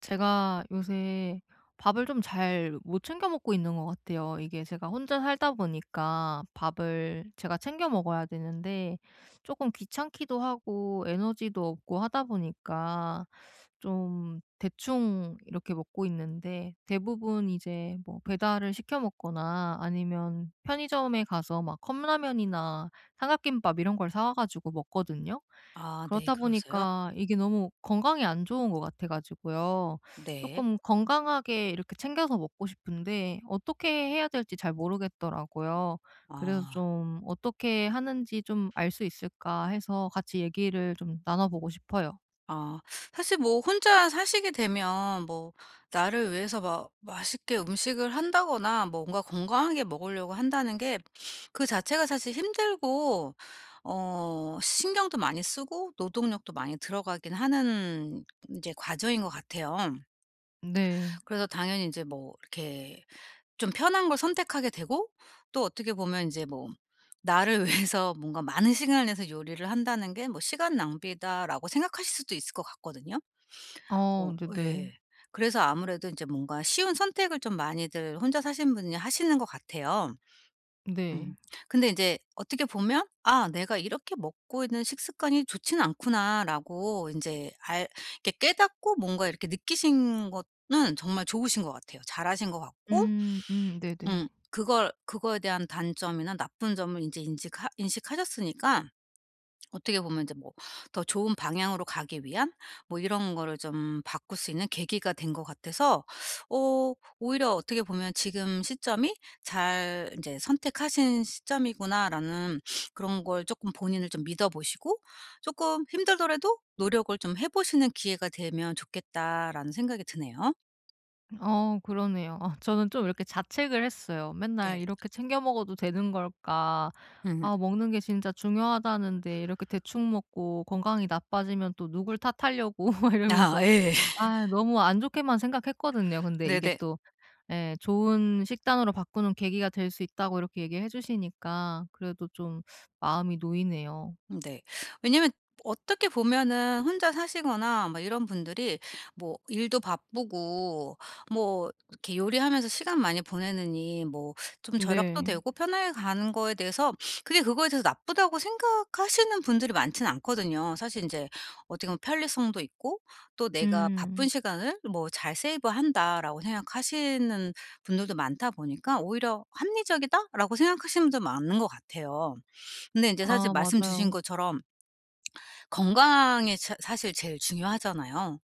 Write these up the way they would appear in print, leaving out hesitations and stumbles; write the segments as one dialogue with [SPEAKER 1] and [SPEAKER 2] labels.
[SPEAKER 1] 제가 요새 밥을 좀 잘 못 챙겨 먹고 있는 것 같아요. 이게 제가 혼자 살다 보니까 밥을 제가 챙겨 먹어야 되는데 조금 귀찮기도 하고 에너지도 없고 하다 보니까 좀 대충 이렇게 먹고 있는데, 대부분 이제 뭐 배달을 시켜 먹거나 아니면 편의점에 가서 막 컵라면이나 삼각김밥 이런 걸 사와 가지고 먹거든요.
[SPEAKER 2] 아 네
[SPEAKER 1] 그렇다
[SPEAKER 2] 그러세요?
[SPEAKER 1] 보니까 이게 너무 건강에 안 좋은 것 같아 가지고요.
[SPEAKER 2] 네.
[SPEAKER 1] 조금 건강하게 이렇게 챙겨서 먹고 싶은데 어떻게 해야 될지 잘 모르겠더라고요. 그래서
[SPEAKER 2] 아.
[SPEAKER 1] 좀 어떻게 하는지 좀 알 수 있을까 해서 같이 얘기를 좀 나눠 보고 싶어요.
[SPEAKER 2] 아 사실 뭐 혼자 사시게 되면 뭐 나를 위해서 막 맛있게 음식을 한다거나 뭔가 건강하게 먹으려고 한다는 게 그 자체가 사실 힘들고 신경도 많이 쓰고 노동력도 많이 들어가긴 하는 이제 과정인 것 같아요.
[SPEAKER 1] 네.
[SPEAKER 2] 그래서 당연히 이제 뭐 이렇게 좀 편한 걸 선택하게 되고 또 어떻게 보면 이제 뭐 나를 위해서 뭔가 많은 시간을 내서 요리를 한다는 게 뭐 '시간 낭비다.'라고 생각하실 수도 있을 것 같거든요.
[SPEAKER 1] 어 네네.
[SPEAKER 2] 예. 그래서 아무래도 인제 뭔가 쉬운 선택을 좀 많이들 혼자 사시는 분이 하시는 것 같아요.
[SPEAKER 1] 네. 네.
[SPEAKER 2] 음. 근데 인제 어떻게 보면 '아 내가 이렇게 먹고 있는 식습관이 좋진 않구나.'라고 인제 알 이렇게 깨닫고 뭔가 이렇게 느끼신 거는 정말 좋으신 것 같아요. 잘하신 것 같고 음.
[SPEAKER 1] 네네.
[SPEAKER 2] 그걸 그거에 대한 단점이나 나쁜 점을 인제 인직하 인식하셨으니까 어떻게 보면 이제 뭐 더 좋은 방향으로 가기 위한 뭐 이런 거를 좀 바꿀 수 있는 계기가 된 것 같아서 어 오히려 어떻게 보면 '지금 시점이 잘 인제 선택하신 시점이구나.'라는 그런 걸 쪼끔 본인을 좀 믿어 보시고 '쪼끔 힘들더라도 노력을 좀 해 보시는 기회가 되면 좋겠다.'라는 생각이 드네요.
[SPEAKER 1] 어 그러네요. 아 저는 좀 이렇게 자책을 했어요. '맨날
[SPEAKER 2] 네.
[SPEAKER 1] 이렇게 챙겨 먹어도 되는 걸까?
[SPEAKER 2] 음.
[SPEAKER 1] 아 먹는 게 진짜 중요하다는데 이렇게 대충 먹고 건강이 나빠지면 또 누굴 탓하려고.' 막
[SPEAKER 2] 아
[SPEAKER 1] 이러면서
[SPEAKER 2] 예.
[SPEAKER 1] 아 너무 안 좋게만 생각했거든요. 근데 이게
[SPEAKER 2] 네네.
[SPEAKER 1] 또, 예, 좋은 식단으로 바꾸는 계기가 될 수 있다고 이렇게 얘기해 주시니까 그래도 좀 마음이 놓이네요.
[SPEAKER 2] 네. 왜냐면 어떻게 보면은 혼자 사시거나 막 이런 분들이 뭐 일도 바쁘고 뭐 이렇게 요리하면서 시간 많이 보내느니 뭐 좀 절약도
[SPEAKER 1] 네.
[SPEAKER 2] 되고 편하게 가는 거에 대해서 그게 그거에 대해서 나쁘다고 생각하시는 분들이 많지는 않거든요. 사실 인제 어떻게 보면 편리성도 있고 또 '내가 바쁜
[SPEAKER 1] 음.
[SPEAKER 2] 시간을 뭐 잘 세이브한다.'라고 생각하시는 분들도 많다 보니까 오히려 '합리적이다.'라고 생각하시는 분도 많은 것 같아요. 근데 인제 사실
[SPEAKER 1] 아
[SPEAKER 2] 말씀 주신
[SPEAKER 1] 맞아요.
[SPEAKER 2] 것처럼 건강이 사 사실 제일 중요하잖아요.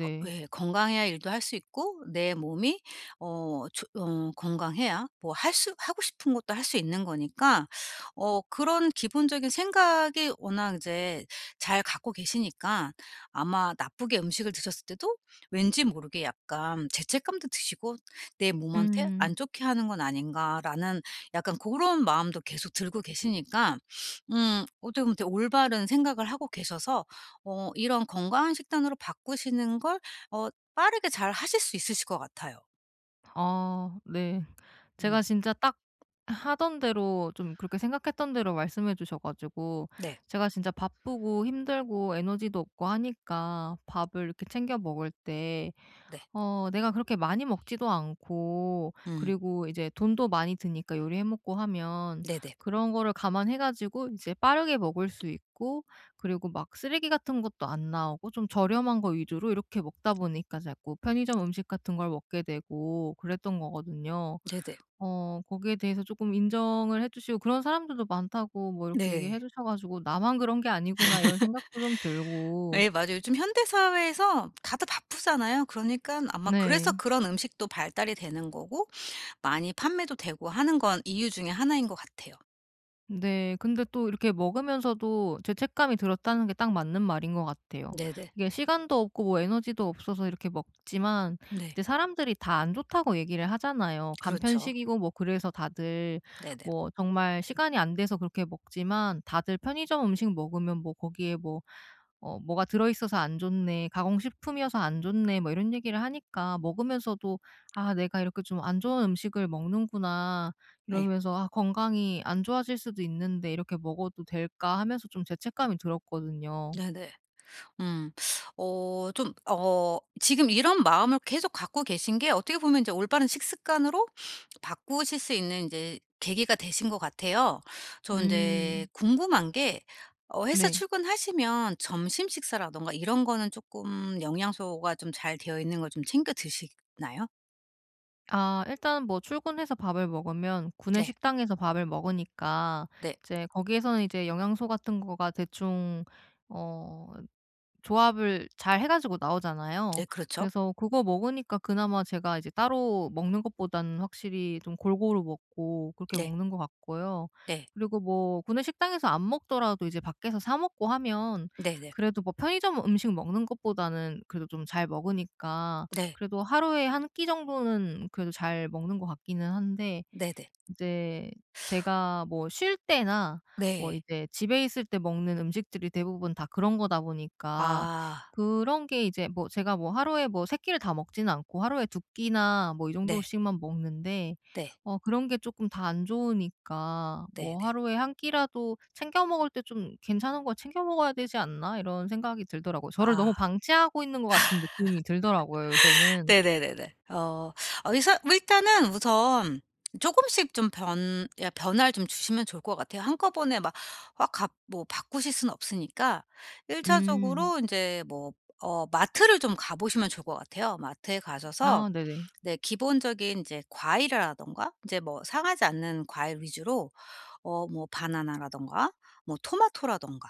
[SPEAKER 2] 거 예 건강해야 일도 할 수 있고 내 몸이 어 조 어 건강해야 뭐 할 수 하고 싶은 것도 할 수 있는 거니까 그런 기본적인 생각이 워낙 이제 잘 갖고 계시니까 아마 나쁘게 음식을 드셨을 때도 왠지 모르게 약간 죄책감도 드시고 '내 몸한테 안
[SPEAKER 1] 음.
[SPEAKER 2] 좋게 하는 건 아닌가.'라는 약간 그런 마음도 계속 들고 계시니까 어떻게 보면 되게 올바른 생각을 하고 계셔서 이런 건강한 식단으로 바꾸시는 걸 어 빠르게 잘 하실 수 있으실 것 같아요.
[SPEAKER 1] 아 네.
[SPEAKER 2] 음.
[SPEAKER 1] 제가 진짜 딱 하던 대로, 좀 그렇게 생각했던 대로 말씀해 주셔 가지고,
[SPEAKER 2] 네.
[SPEAKER 1] 제가 진짜 바쁘고 힘들고 에너지도 없고 하니까 밥을 이렇게 챙겨 먹을 때
[SPEAKER 2] 네.
[SPEAKER 1] 내가 그렇게 많이 먹지도 않고,
[SPEAKER 2] 음.
[SPEAKER 1] 그리고 이제 돈도 많이 드니까 요리해 먹고 하면,
[SPEAKER 2] 네네.
[SPEAKER 1] 그런 거를 감안해 가지고 이제 빠르게 먹을 수 있고, 그리고 막 쓰레기 같은 것도 안 나오고 좀 저렴한 거 위주로 이렇게 먹다 보니까 자꾸 편의점 음식 같은 걸 먹게 되고 그랬던 거거든요.
[SPEAKER 2] 네네.
[SPEAKER 1] 거기에 대해서 조금 인정을 해 주시고, 그런 사람들도 많다고 뭐 이렇게 얘기해
[SPEAKER 2] 네.
[SPEAKER 1] 주셔 가지고 '나만 그런 게 아니구나.' 이런 생각도 좀 들고.
[SPEAKER 2] 예 맞아요. 요즘 현대 사회에서 다들 바쁘잖아요. 그러니깐 아마 그래서
[SPEAKER 1] 네.
[SPEAKER 2] 그런 음식도 발달이 되는 거고 많이 판매도 되고 하는 건 이유 중에 하나인 것 같아요.
[SPEAKER 1] 네. 근데 또 이렇게 먹으면서도 죄책감이 들었다는 게 딱 맞는 말인 것 같아요.
[SPEAKER 2] 네네.
[SPEAKER 1] 이게 시간도 없고 뭐 에너지도 없어서 이렇게 먹지만,
[SPEAKER 2] 네.
[SPEAKER 1] 이제 사람들이 다 안 좋다고 얘기를 하잖아요.
[SPEAKER 2] 그렇죠.
[SPEAKER 1] 간편식이고 뭐 그래서 다들,
[SPEAKER 2] 네네.
[SPEAKER 1] 뭐 정말 시간이 안 돼서 그렇게 먹지만, 다들 편의점 음식 먹으면 뭐 거기에 뭐 "뭐가 들어 있어서 안 좋네. 가공식품이어서 안 좋네." 뭐 이런 얘기를 하니까 먹으면서도 '아 내가 이렇게 좀 안 좋은 음식을 먹는구나.'
[SPEAKER 2] 네.
[SPEAKER 1] 이러면서 '아 건강이 안 좋아질 수도 있는데 이렇게 먹어도 될까?' 하면서 좀 죄책감이 들었거든요.
[SPEAKER 2] 네네. 음. 지금 이런 마음을 계속 갖고 계신 게 어떻게 보면 이제 올바른 식습관으로 바꾸실 수 있는 이제 계기가 되신 것 같아요. 저 이제
[SPEAKER 1] 음.
[SPEAKER 2] 궁금한 게 회사
[SPEAKER 1] 네.
[SPEAKER 2] 출근하시면 점심 식사라든가 이런 거는 조금 영양소가 좀 잘 되어 있는 걸 좀 챙겨 드시나요?
[SPEAKER 1] 아 일단 뭐 출근해서 밥을 먹으면 구내
[SPEAKER 2] 네.
[SPEAKER 1] 식당에서 밥을 먹으니까,
[SPEAKER 2] 네.
[SPEAKER 1] 이제 거기에서는 이제 영양소 같은 거가 대충 어 조합을 잘 해 가지고
[SPEAKER 2] 네
[SPEAKER 1] 나오잖아요.
[SPEAKER 2] 그렇죠.
[SPEAKER 1] 그래서 그거 먹으니까 그나마 제가 이제 따로 먹는 것보다는 확실히 좀 골고루 먹고 그렇게
[SPEAKER 2] 네.
[SPEAKER 1] 먹는 것 같고요.
[SPEAKER 2] 네.
[SPEAKER 1] 그리고 뭐 구내 식당에서 안 먹더라도 이제 밖에서 사 먹고 하면
[SPEAKER 2] 네네.
[SPEAKER 1] 그래도 뭐 편의점 음식 먹는 것보다는 그래도 좀 잘 먹으니까,
[SPEAKER 2] 네.
[SPEAKER 1] 그래도 하루에 한 끼 정도는 그래도 잘 먹는 것 같기는 한데,
[SPEAKER 2] 네네.
[SPEAKER 1] 이제 제가 뭐 쉴 때나 뭐
[SPEAKER 2] 네.
[SPEAKER 1] 이제 집에 있을 때 먹는 음식들이 대부분 다 그런 거다 보니까,
[SPEAKER 2] 아.
[SPEAKER 1] 그런 게 이제 뭐 제가 뭐 하루에 뭐 세 끼를 다 먹지는 않고 하루에 두 끼나 뭐 이
[SPEAKER 2] 네,
[SPEAKER 1] 정도씩만 먹는데
[SPEAKER 2] 네. 아.
[SPEAKER 1] 그런 게 쪼끔 다 안 좋으니까
[SPEAKER 2] 네. 네.
[SPEAKER 1] 뭐
[SPEAKER 2] 네네.
[SPEAKER 1] '하루에 한 끼라도 챙겨 먹을 때 좀 괜찮은 걸 챙겨 먹어야 되지 않나?' 이런 생각이 들더라고요. 저를 너무
[SPEAKER 2] 아.
[SPEAKER 1] 방치하고 있는 것 같은 느낌이 들더라고요 요새는.
[SPEAKER 2] 네네네네. 어. 어 이사 일단은 우선 조금씩 좀 변화를 좀 주시면 좋을 것 같아요. 한꺼번에 막 뭐 바꾸실 수는 없으니까 1차적으로
[SPEAKER 1] 음.
[SPEAKER 2] 차적으로 이제 뭐 마트를 좀 가 보시면 좋을 것 같아요. 마트에 가셔서
[SPEAKER 1] 아 네네.
[SPEAKER 2] 네 기본적인 이제 과일이라던가 이제 뭐 상하지 않는 과일 위주로 뭐 바나나라든가 뭐 토마토라든가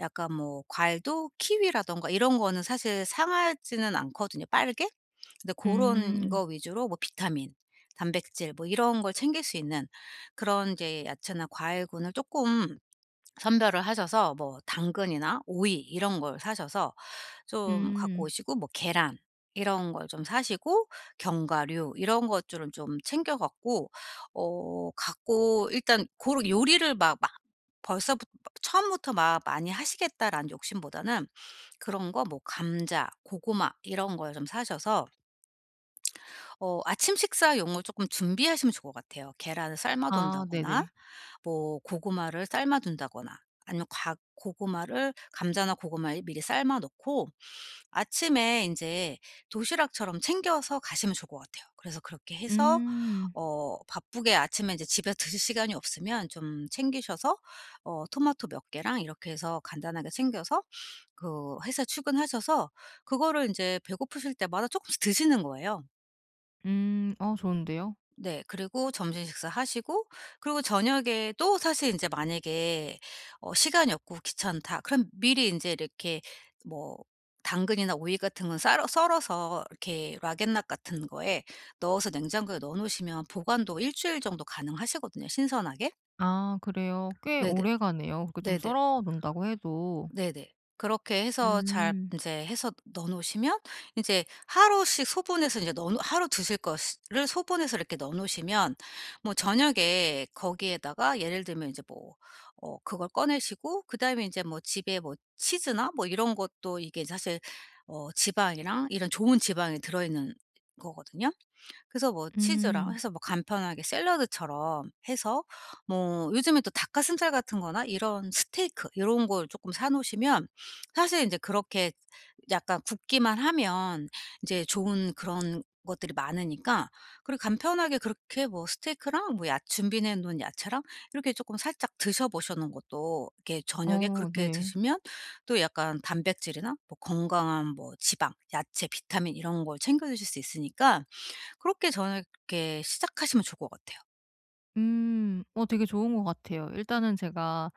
[SPEAKER 2] 약간 뭐 과일도 키위라든가 이런 거는 사실 상하지는 않거든요 빠르게. 근데 그런
[SPEAKER 1] 음.
[SPEAKER 2] 거 위주로 뭐 비타민, 단백질 뭐 이런 걸 챙길 수 있는 그런 이제 야채나 과일군을 조금 선별을 하셔서 뭐 당근이나 오이 이런 걸 사셔서 좀 갖고
[SPEAKER 1] 음.
[SPEAKER 2] 오시고 뭐 계란 이런 걸 좀 사시고 견과류 이런 것들은 좀 챙겨 갖고 일단 고런 요리를 막 벌써부터 처음부터 막 많이 하시겠다라는 욕심보다는 그런 거 뭐 감자, 고구마 이런 걸 좀 사셔서 아침 식사용을 쪼끔 준비하시면 좋을 것 같아요. 계란을 삶아
[SPEAKER 1] 아
[SPEAKER 2] 둔다거나
[SPEAKER 1] 네네.
[SPEAKER 2] 뭐 고구마를 삶아 둔다거나 아니면 과 고구마를 감자나 고구마를 미리 삶아 놓고 아침에 인제 도시락처럼 챙겨서 가시면 좋을 것 같아요. 그래서 그렇게 해서
[SPEAKER 1] 음.
[SPEAKER 2] 바쁘게 아침에 인제 집에 드실 시간이 없으면 좀 챙기셔서 토마토 몇 개랑 이렇게 해서 간단하게 챙겨서 그 회사 출근하셔서 그거를 인제 배고프실 때마다 쪼끔씩 드시는 거예요.
[SPEAKER 1] 음. 어 좋은데요.
[SPEAKER 2] 네. 그리고 점심 식사하시고 그리고 저녁에 또 사실 인제 만약에 시간이 없고 귀찮다. 그럼 미리 인제 이렇게 뭐 당근이나 오이 같은 건 썰어서 이렇게 락앤락 같은 거에 넣어서 냉장고에 넣어 놓으시면 보관도 1주일 정도 가능하시거든요 신선하게.
[SPEAKER 1] 아 그래요. 꽤
[SPEAKER 2] 네네.
[SPEAKER 1] 오래가네요. 그렇게 좀
[SPEAKER 2] 네네.
[SPEAKER 1] 썰어 놓는다고 해도.
[SPEAKER 2] 네네. 그렇게 해서 잘
[SPEAKER 1] 음.
[SPEAKER 2] 인제 해서 넣어 놓으시면 인제 하루씩 소분해서 인제 넣어 놓 하루 드실 것을 소분해서 이렇게 넣어 놓으시면 뭐 저녁에 거기에다가 예를 들면 인제 뭐 그걸 꺼내시고 그다음에 인제 뭐 집에 뭐 치즈나 뭐 이런 것도 이게 사실 지방이랑 이런 좋은 지방이 들어 있는 거거든요. 그래서 뭐 치즈랑
[SPEAKER 1] 음.
[SPEAKER 2] 해서 뭐 간편하게 샐러드처럼 해서 뭐 요즘에 또 닭가슴살 같은 거나 이런 스테이크 요런 걸 쪼끔 사 놓으시면 사실 인제 그렇게 약간 굽기만 하면 이제 좋은 그런 것들이 많으니까 그리고 간편하게 그렇게 뭐 스테이크랑 뭐 야 준비해 놓은 야채랑 이렇게 쪼끔 살짝 드셔 보시는 것도 이렇게 저녁에
[SPEAKER 1] 어
[SPEAKER 2] 그렇게
[SPEAKER 1] 네.
[SPEAKER 2] 드시면 또 약간 단백질이나 뭐 건강한 뭐 지방, 야채, 비타민 이런 걸 챙겨 드실 수 있으니까 그렇게 저는 그렇게 시작하시면 좋을 것 같아요.
[SPEAKER 1] 음. 어 되게 좋은 것 같아요. 일단은 제가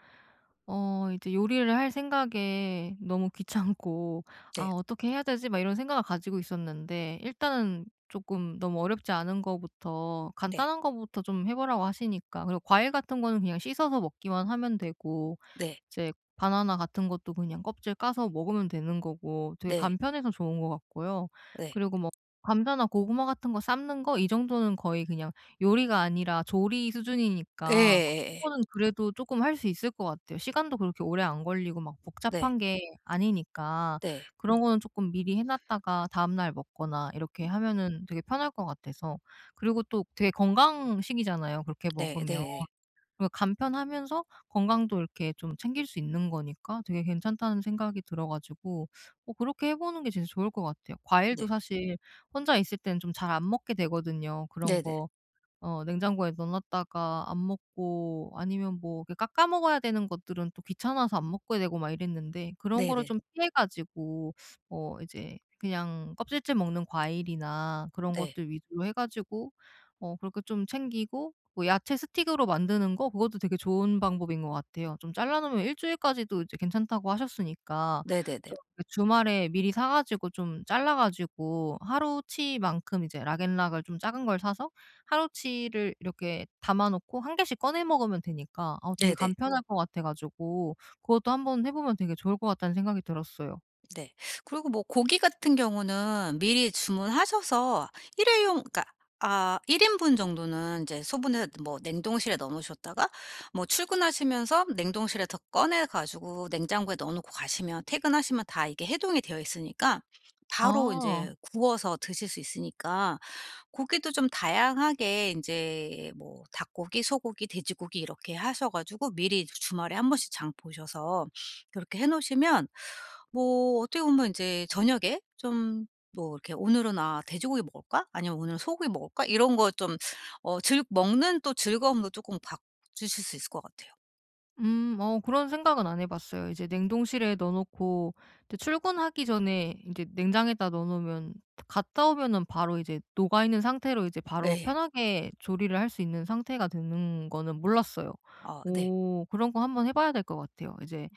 [SPEAKER 1] 이제 요리를 할 생각에 너무 귀찮고 '아
[SPEAKER 2] 네.
[SPEAKER 1] 어떻게 해야 되지?' 막 이런 생각을 가지고 있었는데, 일단은 조금 너무 어렵지 않은 거부터
[SPEAKER 2] 네.
[SPEAKER 1] 간단한 거부터 좀 해 보라고 하시니까, 그리고 과일 같은 거는 그냥 씻어서 먹기만 하면 되고
[SPEAKER 2] 네.
[SPEAKER 1] 이제 바나나 같은 것도 그냥 껍질 까서 먹으면 되는 거고 되게
[SPEAKER 2] 네.
[SPEAKER 1] 간편해서 좋은 것 같고요.
[SPEAKER 2] 네.
[SPEAKER 1] 그리고 뭐 감자나 고구마 같은 거 삶는 거, 이 정도는 거의 그냥 요리가 아니라 조리 수준이니까
[SPEAKER 2] 예예예.
[SPEAKER 1] 그거는 그래도 쪼끔 할 수 있을 것 같아요. 시간도 그렇게 오래 안 걸리고 막
[SPEAKER 2] 네.
[SPEAKER 1] 복잡한 게 아니니까,
[SPEAKER 2] 네.
[SPEAKER 1] 그런 거는 쪼끔 미리 해 놨다가 다음날 먹거나 이렇게 하면은 되게 편할 것 같아서. 그리고 또 되게 건강식이잖아요, 그렇게
[SPEAKER 2] 네.
[SPEAKER 1] 먹으면.
[SPEAKER 2] 네.
[SPEAKER 1] 그리고 간편하면서 건강도 이렇게 좀 챙길 수 있는 거니까 되게 괜찮다는 생각이 들어 가지고 그렇게 해 보는 게 진짜 좋을 것 같아요.
[SPEAKER 2] 네.
[SPEAKER 1] 과일도
[SPEAKER 2] 네.
[SPEAKER 1] 사실 혼자 있을 때는 좀 잘 안 먹게 되거든요, 그런
[SPEAKER 2] 네 네.
[SPEAKER 1] 거. 냉장고에 넣어 놨다가 안 먹고, 아니면 뭐 이렇게 깎아 먹어야 되는 것들은 또 귀찮아서 안 먹게 되고 막 이랬는데, 그런
[SPEAKER 2] 네
[SPEAKER 1] 거를
[SPEAKER 2] 네.
[SPEAKER 1] 좀 피해 가지고 이제 그냥 껍질째 먹는 과일이나 그런
[SPEAKER 2] 네네 네.
[SPEAKER 1] 것들 위주로 해 가지고 그렇게 좀 챙기고, 뭐 야채 스틱으로 만드는 거, 그것도 되게 좋은 방법인 것 같아요. 좀 잘라 놓으면 일 주일까지도 이제 괜찮다고 하셨으니까,
[SPEAKER 2] 네네 네.
[SPEAKER 1] 좀 이렇게 주말에 미리 사 가지고 좀 잘라 가지고 하루치만큼 이제 락앤락을 좀 작은 걸 사서 하루치를 이렇게 담아 놓고 한 개씩 꺼내 먹으면 되니까 되게, 네,
[SPEAKER 2] 네네.
[SPEAKER 1] 간편할 것 같아 가지고 그것도 한번 해 보면 되게 좋을 것 같다는 생각이 들었어요.
[SPEAKER 2] 네. 그리고 뭐 고기 같은 경우는 미리 주문하셔서 일회용 그러니까 아 1인분 인분 정도는 이제 소분해서 뭐 냉동실에 넣어 놓으셨다가 뭐 출근하시면서 냉동실에서 꺼내 가지고 냉장고에 넣어 놓고 가시면 퇴근하시면 다 이게 해동이 되어 있으니까 바로 이제
[SPEAKER 1] 아.
[SPEAKER 2] 구워서 드실 수 있으니까 고기도 좀 다양하게 이제 뭐 닭고기, 소고기, 돼지고기 이렇게 하셔 가지고 미리 주말에 한 번씩 장 보셔서 그렇게 해 놓으시면 뭐 어떻게 보면 인제 저녁에 좀 뭐 이렇게 '오늘은 아 돼지고기 먹을까?' 아니면 '오늘은 소고기 먹을까?' 이런 거 좀 어 즐 먹는 또 즐거움도 쪼끔 바주실 수 있을 것 같아요.
[SPEAKER 1] 음. 어 그런 생각은 안 해 봤어요. 이제 냉동실에 넣어 놓고 이제 출근하기 전에 이제 냉장에다 넣어 놓으면 갔다 오면은 바로 이제 녹아 있는 상태로 이제 바로
[SPEAKER 2] 예.
[SPEAKER 1] 편하게 조리를 할 수 있는 상태가 되는 거는 몰랐어요.
[SPEAKER 2] 네.
[SPEAKER 1] 오 그런 거 한번 해 봐야 될 것 같아요. 이제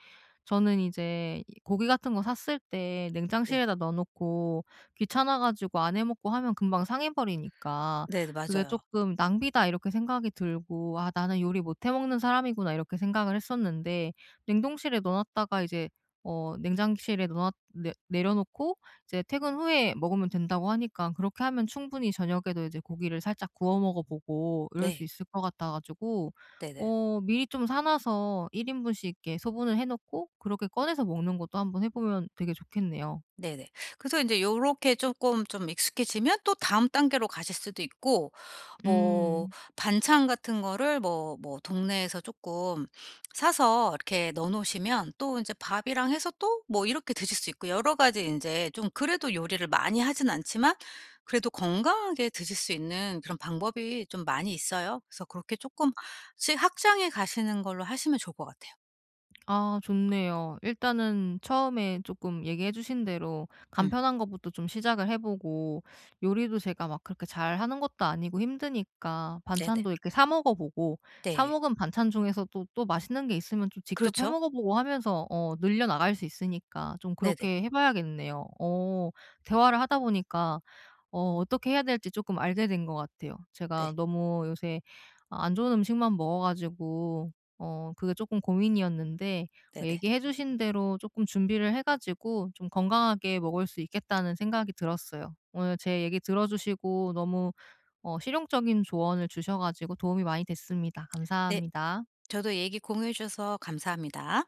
[SPEAKER 1] 저는 이제 이 고기 같은 거 샀을 때
[SPEAKER 2] 네.
[SPEAKER 1] 냉장실에다 넣어 놓고 귀찮아 가지고 안 해 먹고 하면 금방 상해 버리니까
[SPEAKER 2] 네네.
[SPEAKER 1] 그게
[SPEAKER 2] 맞아요.
[SPEAKER 1] 조금 '낭비다.' 이렇게 생각이 들고 '아 나는 요리 못해 먹는 사람이구나.' 이렇게 생각을 했었는데, 냉동실에 넣어 놨다가 이제 냉장실에 넣어 놨 내 내려 놓고 이제 퇴근 후에 먹으면 된다고 하니까, 그렇게 하면 충분히 저녁에도 이제 고기를 살짝 구워 먹어 보고 이럴 수
[SPEAKER 2] 네.
[SPEAKER 1] 있을 것 같아 가지고
[SPEAKER 2] 네네.
[SPEAKER 1] 미리 좀 사 놔서 1인분씩 이렇게 소분을 해 놓고 그렇게 꺼내서 먹는 것도 한번 해 보면 되게 좋겠네요.
[SPEAKER 2] 네네. 그래서 인제 요렇게 쪼끔 좀 익숙해지면 또 다음 단계로 가실 수도 있고 뭐
[SPEAKER 1] 음.
[SPEAKER 2] 반찬 같은 거를 뭐 동네에서 조금 사서 이렇게 넣어 놓으시면 또 인제 밥이랑 해서 또 뭐 이렇게 드실 수 있고 여러 가지 인제 좀 그래도 요리를 많이 하진 않지만 그래도 건강하게 드실 수 있는 그런 방법이 좀 많이 있어요. 그래서 그렇게 쪼끔씩 확장해 가시는 걸로 하시면 좋을 것 같아요.
[SPEAKER 1] 아 좋네요. 일단은 처음에 조금 얘기해 주신 대로
[SPEAKER 2] 음.
[SPEAKER 1] 간편한 것부터 좀 시작을 해 보고, 요리도 제가 막 그렇게 잘하는 것도 아니고 힘드니까
[SPEAKER 2] 네네.
[SPEAKER 1] 반찬도 이렇게 사 먹어 보고, 사
[SPEAKER 2] 네.
[SPEAKER 1] 먹은 반찬 중에서도 또또 맛있는 게 있으면 좀 직접 해
[SPEAKER 2] 그렇죠.
[SPEAKER 1] 먹어 보고 하면서 늘려 나갈 수 있으니까 좀
[SPEAKER 2] 네네.
[SPEAKER 1] 그렇게 해 봐야겠네요. 어 대화를 하다 보니까 어떻게 해야 될지 조금 알게 된 것 같아요.
[SPEAKER 2] 네.
[SPEAKER 1] 제가 너무 요새 안 좋은 음식만 먹어 가지고 그게 조금 고민이었는데,
[SPEAKER 2] 네네.
[SPEAKER 1] 얘기해 주신 대로 조금 준비를 해 가지고 좀 건강하게 먹을 수 있겠다는 생각이 들었어요. 오늘 제 얘기 들어 주시고 너무 실용적인 조언을 주셔 가지고 도움이 많이 됐습니다.
[SPEAKER 2] 네.
[SPEAKER 1] 감사합니다.
[SPEAKER 2] 저도 얘기 공유해 주셔서 감사합니다.